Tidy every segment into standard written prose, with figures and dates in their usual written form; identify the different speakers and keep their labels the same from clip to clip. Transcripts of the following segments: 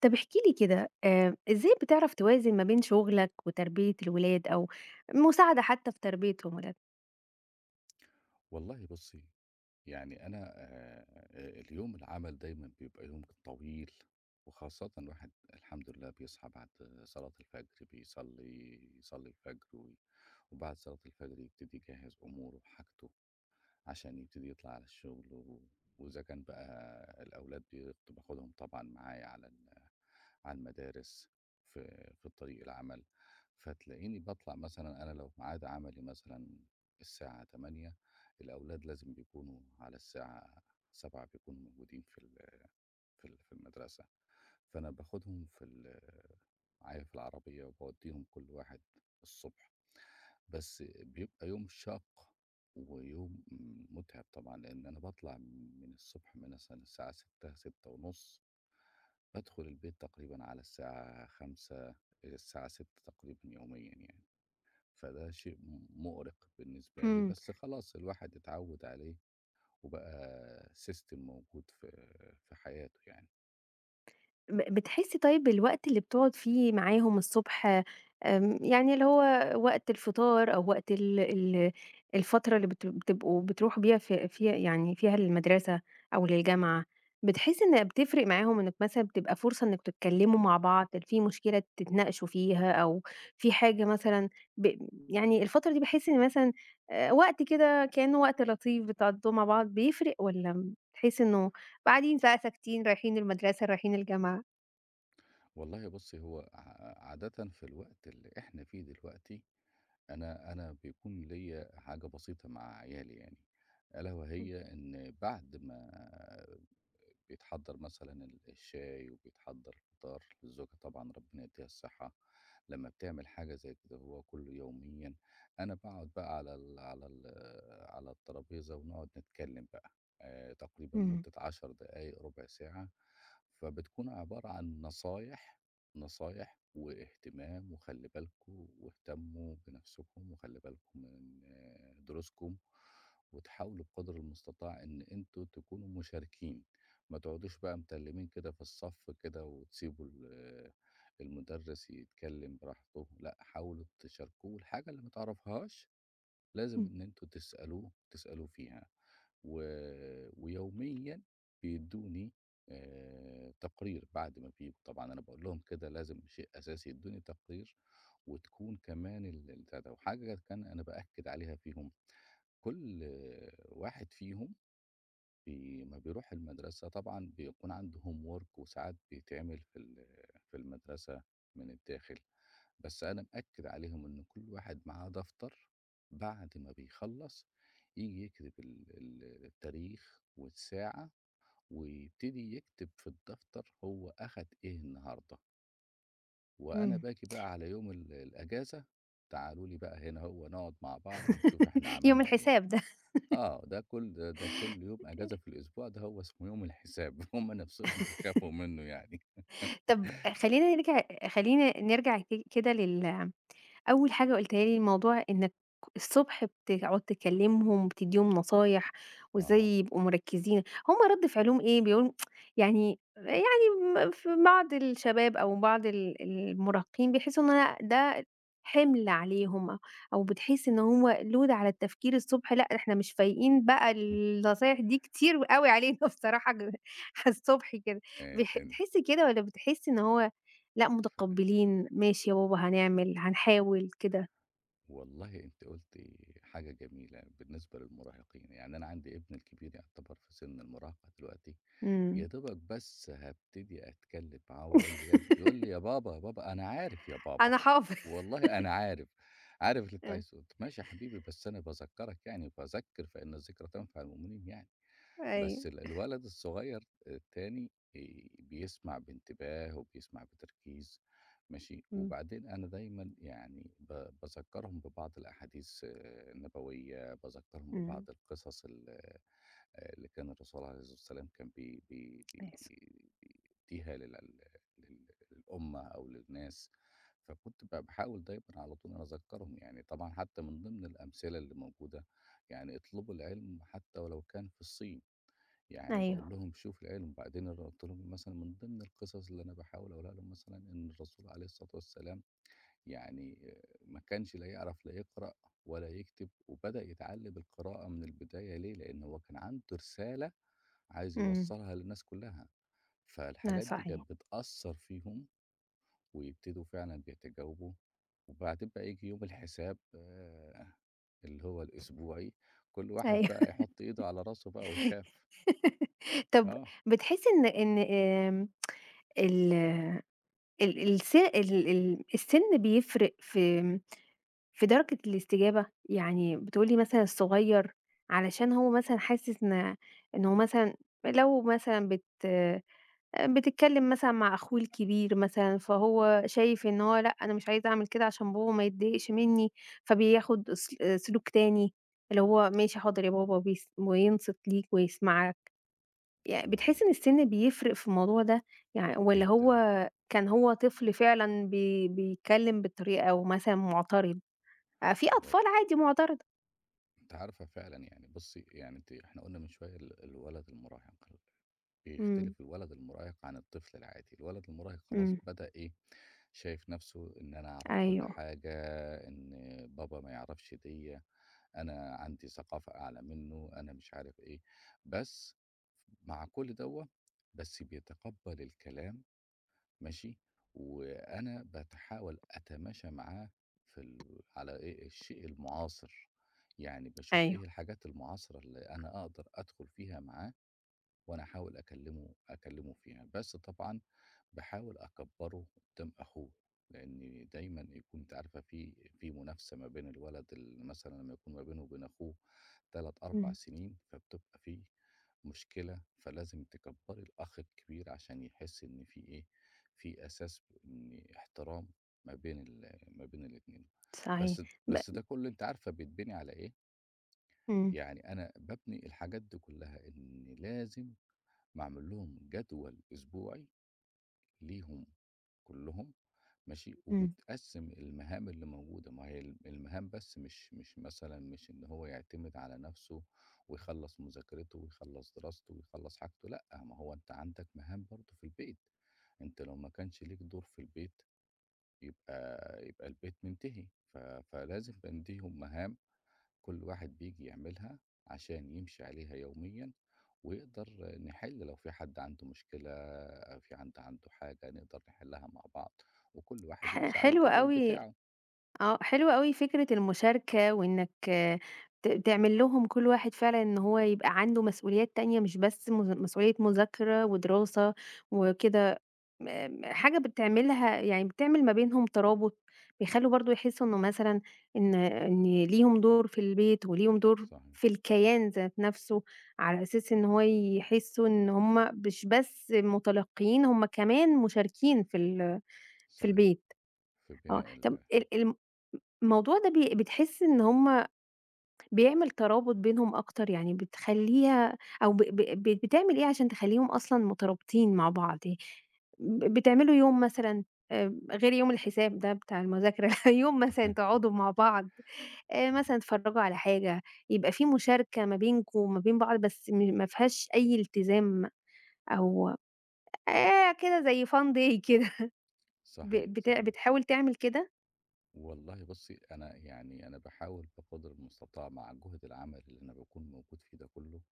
Speaker 1: طب احكِ لي كده، إزاي بتعرف توازن ما بين شغلك وتربية الولاد أو مساعدة حتى في تربية
Speaker 2: والله بُصّي، يعني أنا اليوم العمل دايمًا بيبقى يوم طويل، وخاصةً الواحد الحمد لله بيصحى بعد صلاة الفجر، يصلّي الفجر و وبعد صلاة الفجر يبتدي يجهّز أموره وحاجته عشان يبتدي يطلع على الشغل و وإذا كان بقى الأولاد باخدهم طبعًا معايا على ال عن مدارس في طريق العمل، فتلاقيني باطلع مثلًا أنا لو ميعاد عملي مثلًا الساعة 08:00، الأولاد لازم بيكونوا على الساعة 07:00 بيكونوا موجودين في في المدرسة. فأنا باخدهم في ال معايا في العربية وباودّيهم كل واحد الصبح، بس بيبقى يوم شاق ويوم مُتعب طبعًا، لإن أنا باطلع من الصبح من مثلًا الساعة 06:00، 06:30 بادخل البيت تقريبًا على الساعة 17:00، الساعة 18:00 تقريبًا يوميًا يعني، فده شيء مُؤرق بالنسبة لي،
Speaker 1: الولاد؟
Speaker 2: بس خلاص الواحد اتعوّد عليه وبقى system موجود في حياته يعني.
Speaker 1: بتحسّي طيب الوقت اللي بتقعد فيه معاهم الصبح، يعني اللي هو وقت الفطار أو وقت ال ال الفترة اللي بتبقوا بتروحوا بيها فيها يعني فيها للمدرسة أو للجامعة، بتحسّي إن بتفرق معاهم إنِّك مثلًا بتبقى فرصة إنِّك تتكلّموا مع بعض، في مشكلة تتناقشوا فيها أو في حاجة مثلًا، ب يعني الفترة دي باحس إن مثلًا، وقت كده كإنّه وقت لطيف بتقضّوه مع بعض، بيفرق والّا بتحسّي إنه قاعدين بقى ساكتين رايحين المدرسة، رايحين الجامعة؟
Speaker 2: والله بُصّي، هو عادةً في الوقت اللي إحنا فيه دلوقتي، أنا بيكون ليّا حاجة بسيطة مع عيالي يعني، ألا
Speaker 1: إمم،
Speaker 2: وهي إن بعد ما بيتحضّر مثلًا الشاي وبيتحضّر الفطار للزوجة طبعًا ربنا يدّيها الصحة، لمّا بتعمل حاجة زي كده هو كل يوميًا، أنا باقعد بقى على الترابيزة ونقعد نتكلّم بقى تقريبًا
Speaker 1: إمم،
Speaker 2: مدة 10 دقايق، ربع ساعة، فبتكون عبارة عن نصايح، نصايح واهتمام وخلّي بالكم واهتموا بنَفْسكم وخلّي بالكم من دروسكم، وتحاولوا بقدر المستطاع إن أنتم تكونوا مشاركين. ما تقعدوش بقى متلّمين كده في الصف كده وتسيبوا المُدرِّس يتكلّم براحته، لأ، حاولوا تشاركوه الحاجة اللي ما تعرفهاش، لازم
Speaker 1: إمم،
Speaker 2: إن أنتم تسألوه فيها، و ويوميًا بيدّوني تقرير بعد ما بييجوا، طبعًا أنا باقول لهم كده لازم شيء أساسي يدّوني تقرير وتكون كمان البتاع ده، وحاجة كان أنا بأكّد عليها فيهم، كل واحد فيهم لمّا بيروح المدرسة طبعًا بيكون عنده homework وساعات بيتعمل في المدرسة من الداخل، بس أنا مأكد عليهم إن كل واحد معاه دفتر بعد ما بيخلّص ييجي يكتب ال ال التاريخ والساعة ويبتدي يكتب في الدفتر هو أخد إيه النهارده، وأنا
Speaker 1: إمم.
Speaker 2: باجي بقى على يوم الأجازة. تعالوا لي بقى هنا هو نقعد مع بعض ونشوف إحنا
Speaker 1: يوم
Speaker 2: عملنا إيه.
Speaker 1: الحساب ده.
Speaker 2: آه، ده كل ده ده كل يوم أجازة في الأسبوع ده هو اسمه يوم الحساب هم نفسهم بيخافوا منّه يعني.
Speaker 1: طب، خلّينا نرجع خلّينا نرجع كده أول حاجة قُلتها لي، موضوع إنك الصبح بتقعد تكلّمهم وبتدّيهم نصايح وإزاي
Speaker 2: أها،
Speaker 1: يبقوا مركّزين، هم رَد فعلهم إيه؟ بيقولوا يعني في بعض الشباب أو بعض المراهقين بيحسّوا إن أنا ده حِمل عليهم، أو بتحس إن هو load على التفكير الصبح، لأ إحنا مش فايقين بقى النصايح دي كتير أوي علينا بصراحة ج على الصبح كده،
Speaker 2: إن
Speaker 1: تحسّي كده والّا بتحسّي إن هو لأ
Speaker 2: ف
Speaker 1: متقبّلين، ماشي يا بابا هنعمل، هنحاول كده،
Speaker 2: والله أنتِ قُلتِ حاجة جميلة بالنسبة للمراهقين، يعني أنا عندي ابني الكبير يعتبر في سن المراهقة دلوقتي، يا
Speaker 1: إمم.
Speaker 2: دوبك بس هابتدي أتكلّم معاه وأقول له يا ابني يقول لي: "يا بابا، يا بابا، أنا عارف يا بابا،
Speaker 1: أنا حافظ،
Speaker 2: والله أنا عارف، عارف اللي أنت
Speaker 1: إمم،
Speaker 2: عايزه". قُلت ماشي يا حبيبي بس أنا باذكّرك يعني، فذكّر فإن الذكرى تنفع المؤمنين يعني. بس
Speaker 1: أيوه،
Speaker 2: الولد الصغير التاني بيسمع بانتباه وبيسمع بتركيز ماشي،
Speaker 1: إمم،
Speaker 2: وبعدين أنا دايمًا يعني باذكّرهم ببعض الأحاديث النبوية، باذكّرهم ببعض
Speaker 1: إمم،
Speaker 2: القصص ال آه، اللي كان الرسول عليه الصلاة والسلام كان بي بي
Speaker 1: آسف،
Speaker 2: بي بيدّيها لل لل للأمة أو للناس، فكنت باحاول دايمًا على طول إن أنا أذكّرهم، يعني طبعًا حتى من ضمن الأمثلة اللي موجودة، يعني اطلبوا العلم حتى ولو كان في الصين. يعني باقول
Speaker 1: أيوه،
Speaker 2: لهم شوفوا العلم، وبعدين أنا قُلت لهم مثلًا من ضمن القصص اللي أنا باحاول أقولها لهم مثلًا إن الرسول عليه الصلاة والسلام يعني ما كانش لا يعرف لا يقرأ ولا يكتب، وبدأ يتعلّم القراءة من البداية ليه؟ لإن هو كان عنده رسالة عايز
Speaker 1: إمم،
Speaker 2: يوصّلها للناس كلّها،
Speaker 1: آه
Speaker 2: فالحاجات دي
Speaker 1: صحيح،
Speaker 2: كانت بتأثّر فيهم ويبتدوا فعلًا بيتجاوبوا، وبعدين بقى ييجي يوم الحساب اللي هو الأسبوعي، كل واحد
Speaker 1: أيوه.
Speaker 2: بقى يحُط إيده على راسه بقى ويخاف،
Speaker 1: طب،
Speaker 2: آه.
Speaker 1: بتحسّي إن إن ال ال الس ال ال السِن بيفرق في في درجة الاستجابة؟ يعني بتقولي مثلًا الصغيّر علشان هو مثلًا حاسس إن إنه مثلًا، لو مثلًا بتتكلم مثلًا مع أخوه الكبير مثلًا، فهو شايف إن هو لأ، أنا مش عايز أعمل كده عشان بابا ما يتضايقش منّي، فبياخد سلوك تاني، اللي هو ماشي حاضر يا بابا، وينصت ليك ويسمعك.
Speaker 2: وال
Speaker 1: بتحسّي إن السِن بيفرق في الموضوع ده؟ والّا هو
Speaker 2: جدًا،
Speaker 1: كان هو طفل فعلًا بيتكلم بالطريقة ومثلًا معترض؟ في
Speaker 2: و
Speaker 1: أطفال عادي معترضة.
Speaker 2: أنتِ عارفة فعلًا يعني بُصّي، يعني أنتِ إحنا قُلنا من شوية الولد المراهق،
Speaker 1: إمم،
Speaker 2: بيختلف الولد المراهق عن الطفل العادي، الولد المراهق خلاص
Speaker 1: إمم،
Speaker 2: بدأ إيه، شايف نَفْسه إن أنا أعرف كل
Speaker 1: أيوه،
Speaker 2: حاجة، إن بابا ما يعرفش ديّة، أنا عندي ثقافة أعلى منّه، أنا مش عارف إيه، بس مع كل دوّة، بس بيتقبّل الكلام ماشي، وأنا باتحاول أتماشى معاه في ال على إيه، الشيء المُعاصر، يعني باشوف إيه
Speaker 1: أيوه،
Speaker 2: الحاجات المُعاصرة اللي أنا أقدر أدخُل فيها معاه وأنا أحاول أكلّمه فيها، بس طبعًا باحاول أكبّره قدّام أخوه، لإن دايمًا يكون أنتِ عارفة في منافسة ما بين الولد مثلًا لمّا يكون ما بينه وبين أخوه 3، 4
Speaker 1: إمم،
Speaker 2: سنين، فبتبقى في مشكلة، فلازم تكبّري الأخ الكبير عشان يحس إن في إيه، في أساس إن احترام ما بين الاتنين.
Speaker 1: صحيح. ب
Speaker 2: بس ده كُلّه أنتِ عارفة بيتبني على إيه،
Speaker 1: إمم،
Speaker 2: يعني أنا بابني الحاجات دي كُلّها إن لازم باعمل لهم جدول أسبوعي ليهم كلّهم ماشي،
Speaker 1: إمم،
Speaker 2: وبتقسّم المهام اللي موجودة، ما هي المهام بس مش إن هو يعتمد على نَفْسه ويخلّص مذاكرته ويخلّص دراسته ويخلّص حاجته، لأ، ما هو أنت عندك مهام برضه في البيت، أنت لو ما كانش ليك دور في البيت يبقى يبقى البيت منتهي، ف فلازم بنديهم مهام كل واحد بييجي يعملها عشان يمشي عليها يوميًا، ويقدر نحل لو في حد عنده مشكلة، في حد عنده حاجة نقدر نحلها مع بعض، وكل واحد يمشي على
Speaker 1: حلو
Speaker 2: الجدول
Speaker 1: أوي،
Speaker 2: بتاعه.
Speaker 1: آه، حلوة أوي فكرة المشاركة وإنك آه، تعمل لهم كل واحد فعلًا إن هو يبقى عنده مسؤوليات تانية مش بس مسؤولية مذاكرة ودراسة وكده، آمم، حاجة بتعملها يعني بتعمل ما بينهم ترابط، بيخلّوا برضه يحسّوا إنه مثلًا إن ليهم دور في البيت وليهم دور
Speaker 2: صحيح،
Speaker 1: في الكيان ذات نَفْسه، على أساس إن هو يحسّوا إن هم مش بس متلقيين، هم كمان مشاركين في
Speaker 2: صحيح،
Speaker 1: البيت.
Speaker 2: في
Speaker 1: آه،
Speaker 2: بناء
Speaker 1: طَب ال الم الموضوع ده بتحسّي إن هُم بيعمل ترابط بينهم أكتر، يعني بتخلّيها أو ب ب ب بتعمل إيه عشان تخلّيهم أصلًا مترابطين مع بعض؟ يعني بتعملوا يوم مثلًا، غير يوم الحساب ده بتاع المذاكرة، يوم مثلًا تقعدوا مع بعض،
Speaker 2: إمم،
Speaker 1: مثلًا تتفرّجوا على حاجة، يبقى في مشاركة ما بينكم وما بين بعض بس ما فيهاش أي التزام أو كده زي fun day كده. ب
Speaker 2: صحيح،
Speaker 1: بت
Speaker 2: صحيح.
Speaker 1: بتحاول تعمل كده؟
Speaker 2: والله بُصّي، أنا يعني أنا باحاول بقدر المستطاع مع جهد العمل اللي أنا باكون موجود فيه ده كُلّه،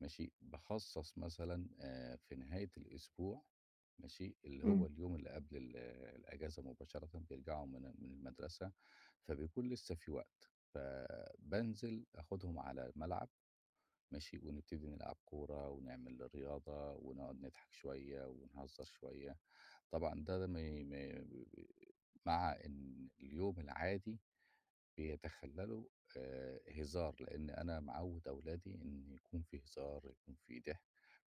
Speaker 2: ماشي، باخصّص مثلًا في نهاية الأسبوع ماشي، اللي هو
Speaker 1: إمم،
Speaker 2: اليوم اللي قبل الأجازة مباشرةً بيرجعوا من المدرسة، فبيكون لسه في وقت، فبانزل آخُدهم على الملعب ماشي، ونبتدي نلعب كورة ونعمل رياضة ونقعد نضحك شوية ونهزر شوية. طبعًا ده م م مع إن اليوم العادي بيتخلّله هزار، لإن أنا معوّد أولادي إن يكون في هزار، يكون في ضحك،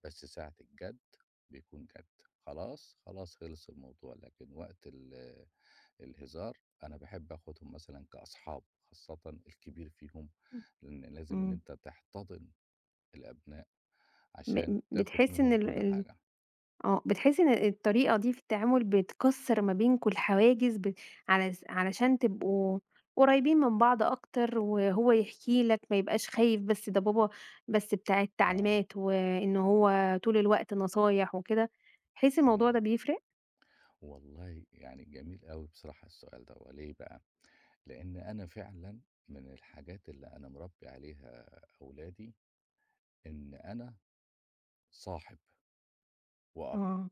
Speaker 2: بس ساعة الجَد بيكون جَد. خلاص، خلص الموضوع، لكن وقت الهزار أنا باحب آخُدهم مثلًا كأصحاب، خاصةً الكبير فيهم، لإن لازم إن
Speaker 1: إمم،
Speaker 2: أنت تحتضن الأبناء عشان تاخد
Speaker 1: بتحسّي إن
Speaker 2: منهم
Speaker 1: ال
Speaker 2: كل
Speaker 1: ال
Speaker 2: حاجة.
Speaker 1: آه، بتحسي إن الطريقة دي في التعامل بتكسّر ما بينكم الحواجز على علشان تبقوا قريبين من بعض أكتر، وهو يحكي لك ما يبقاش خايف بس ده بابا بس بتاع
Speaker 2: آه،
Speaker 1: التعليمات، وإن هو طول الوقت نصايح وكده، تحسي الموضوع
Speaker 2: إمم.
Speaker 1: ده بيفرق؟
Speaker 2: والله يعني جميل أوي بصراحة السؤال دوّة، ليه بقى؟ لإن أنا فعلًا من الحاجات اللي أنا مربّي عليها أولادي إن أنا صاحب وأب،
Speaker 1: آه،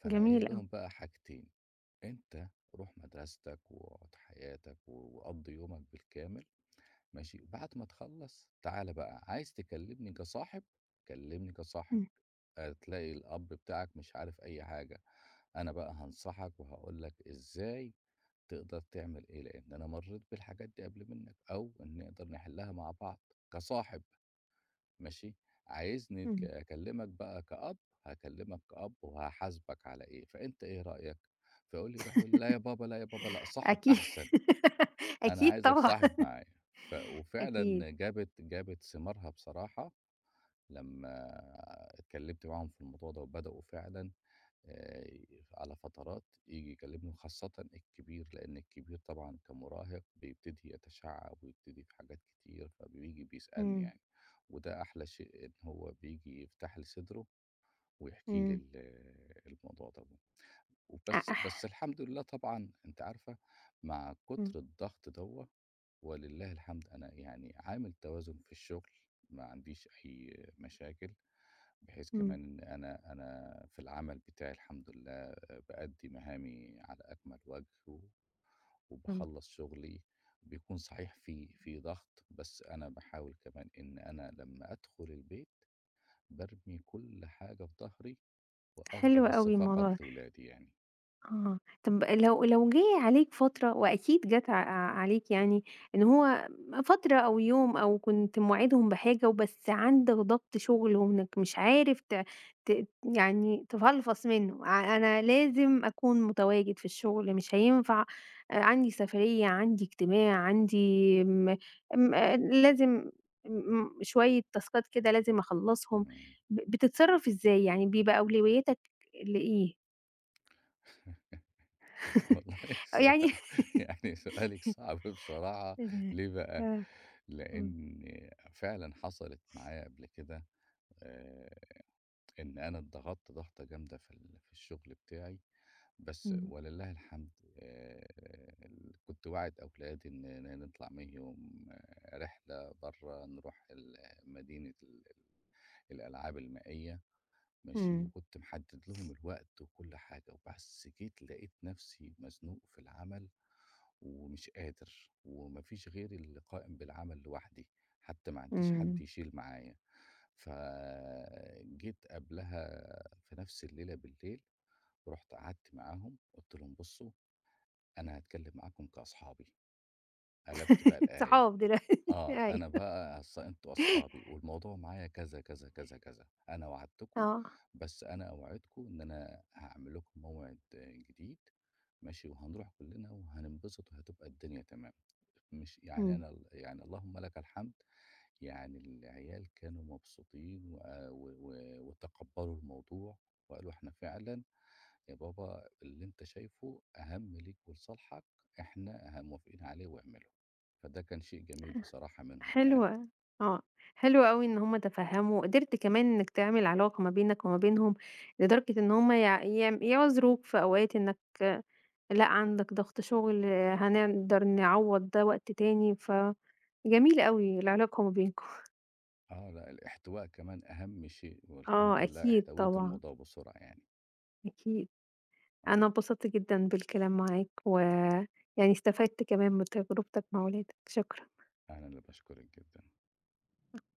Speaker 2: فأنا قايل
Speaker 1: جميل أوي،
Speaker 2: لهم بقى حاجتين، أنت روح مدرستك وقُعد حياتك وقضّي يومك بالكامل ماشي، بعد ما تخلّص تعالَ بقى عايز تكلّمني كصاحب، كلّمني كصاحب،
Speaker 1: إمم،
Speaker 2: هتلاقي الأب بتاعك مش عارف أي حاجة. أنا بقى هانصحك وهاقول لك إزاي تقدر تعمل إيه، لإن أنا مرّيت بالحاجات دي قبل منّك أو إن نقدر نحلّها مع بعض كصاحب ماشي، عايزني
Speaker 1: إمم،
Speaker 2: أكلّمك بقى كأب، هاكلّمك كأب وهاحاسبك على إيه، فأنت إيه رأيك؟ فيقول لي يروح يقول لي: "لا يا بابا، لا يا بابا، لأ صاحب
Speaker 1: أكيد.
Speaker 2: أحسن، أنا
Speaker 1: أكيد
Speaker 2: عايزك
Speaker 1: طبعًا.
Speaker 2: صاحب معايا". ف
Speaker 1: أكيد،
Speaker 2: وفعلًا جابت ثمارها بصراحة لمّا اتكلّمت معاهم في الموضوع ده وبدؤوا فعلًا آآ على فترات ييجي يكلمني وخاصةً الكبير، لإن الكبير طبعًا كمراهق بيبتدي يتشعّب ويبتدي في حاجات كتير، فبييجي بيسألني
Speaker 1: إمم،
Speaker 2: يعني، وده أحلى شيء إن هو بييجي يفتح لي صدره ويحكي لي
Speaker 1: إمم،
Speaker 2: الموضوع دوّة. وبس
Speaker 1: أح،
Speaker 2: الحمد لله طبعًا أنتِ عارفة مع
Speaker 1: إمم،
Speaker 2: كتر الضغط دوّة ولله الحمد أنا يعني عامل توازن في الشغل، ما عنديش أي مشاكل. بحيث
Speaker 1: إمم،
Speaker 2: كمان أنا في العمل بتاعي الحمد لله آه، بأدّي مهامي على أكمل وجه
Speaker 1: إمم،
Speaker 2: وباخلّص شغلي، بيكون صحيح في ضغط، بس أنا باحاول كمان إن أنا لمّا أدخل البيت بارمي كل حاجة في ضهري وأفضى
Speaker 1: حلو
Speaker 2: بس
Speaker 1: أوي
Speaker 2: فقط
Speaker 1: الموضوع ده.
Speaker 2: لولادي يعني.
Speaker 1: آه، طب لو لو جه عليك فترة، وأكيد جات عليك يعني، إن هو فترة أو يوم أو كنت موعدهم بحاجة وبس عندك ضغط شغل وإنك مش عارف ت ت يعني تفلفص منه، ع أنا لازم أكون متواجد في الشغل مش هينفع، عندي سفرية، عندي اجتماع، عندي م م آه، لازم شوية تاسكات كده لازم أخلّصهم.
Speaker 2: إمم.
Speaker 1: بتتصرف إزاي؟ يعني بيبقى أولوياتك لإيه؟
Speaker 2: والله سؤال
Speaker 1: يعني،
Speaker 2: يعني سؤالِك صعب بصراحة،
Speaker 1: إمم،
Speaker 2: ليه بقى؟
Speaker 1: آه، إمم،
Speaker 2: لإن فعلًا حصلت معايا قبل كده آآ إن أنا اتضغطت ضغطة جامدة في الشغل بتاعي، بس
Speaker 1: إمم،
Speaker 2: ولله الحمد آآ ال كنت واعد أولادي إن نطلع معاهم رحلة برّه، نروح ال مدينة ال ال- الألعاب المائية ماشي،
Speaker 1: إمم،
Speaker 2: وكنت محدد لهم الوقت وكل حاجة، وبس جيت لقيت نفسي مزنوق في العمل ومش قادر، وما فيش غيري اللي قائم بالعمل لوحدي، حتى ما عنديش حد
Speaker 1: إمم.
Speaker 2: يشيل معايا. فجيت قبلها في نفس الليلة بالليل، رُحت قعدت معاهم، قُلت لهم: "بُصّوا، أنا هاتكلّم معاكم كأصحابي". قلبت بقى الآية،
Speaker 1: صحاب دلوقتي،
Speaker 2: آه،
Speaker 1: أيوه.
Speaker 2: أنا بقى أصل أنتم أصحابي والموضوع معايا كذا، كذا، كذا، كذا، أنا وعدتكم،
Speaker 1: آه،
Speaker 2: بس أنا أوعدكم إن أنا هاعمل لكم موعد آه، جديد ماشي، وهنروح كلّنا وهننبسط وهتبقى الدنيا تمام. مش يعني
Speaker 1: إمم،
Speaker 2: أنا ال يعني اللهم لك الحمد يعني العيال كانوا مبسوطين وآ و و وتقبّلوا الموضوع وقالوا: "إحنا فعلًا يا بابا اللي أنت شايفه أهَم ليك ولصالحك، إحنا موافقين عليه واعمله". فده كان شيء جميل بصراحة منهم
Speaker 1: حلو
Speaker 2: يعني.
Speaker 1: أ آه، حلو أوي إن هُم تفهّموا، قدرت كمان إنك تعمل علاقة ما بينك وما بينهم، لدرجة إن هُم يع يعم يعذروك في أوقات إنك لأ، عندك ضغط شغل، هنقدر نعوّض ده وقت تاني، ف جميل أوي العلاقة ما بينكم،
Speaker 2: آه، لأ الاحتواء كمان أهَم شيء والحمد
Speaker 1: آه،
Speaker 2: لله
Speaker 1: أكيد
Speaker 2: احتويت
Speaker 1: طبعًا،
Speaker 2: الموضوع بسرعة يعني.
Speaker 1: أكيد.
Speaker 2: آه،
Speaker 1: أنا اتبسطت جدًا بالكلام معاك، ويعني استفدت كمان من تجربتك مع ولادك، شكرًا.
Speaker 2: أنا اللي باشكرِك جدًا.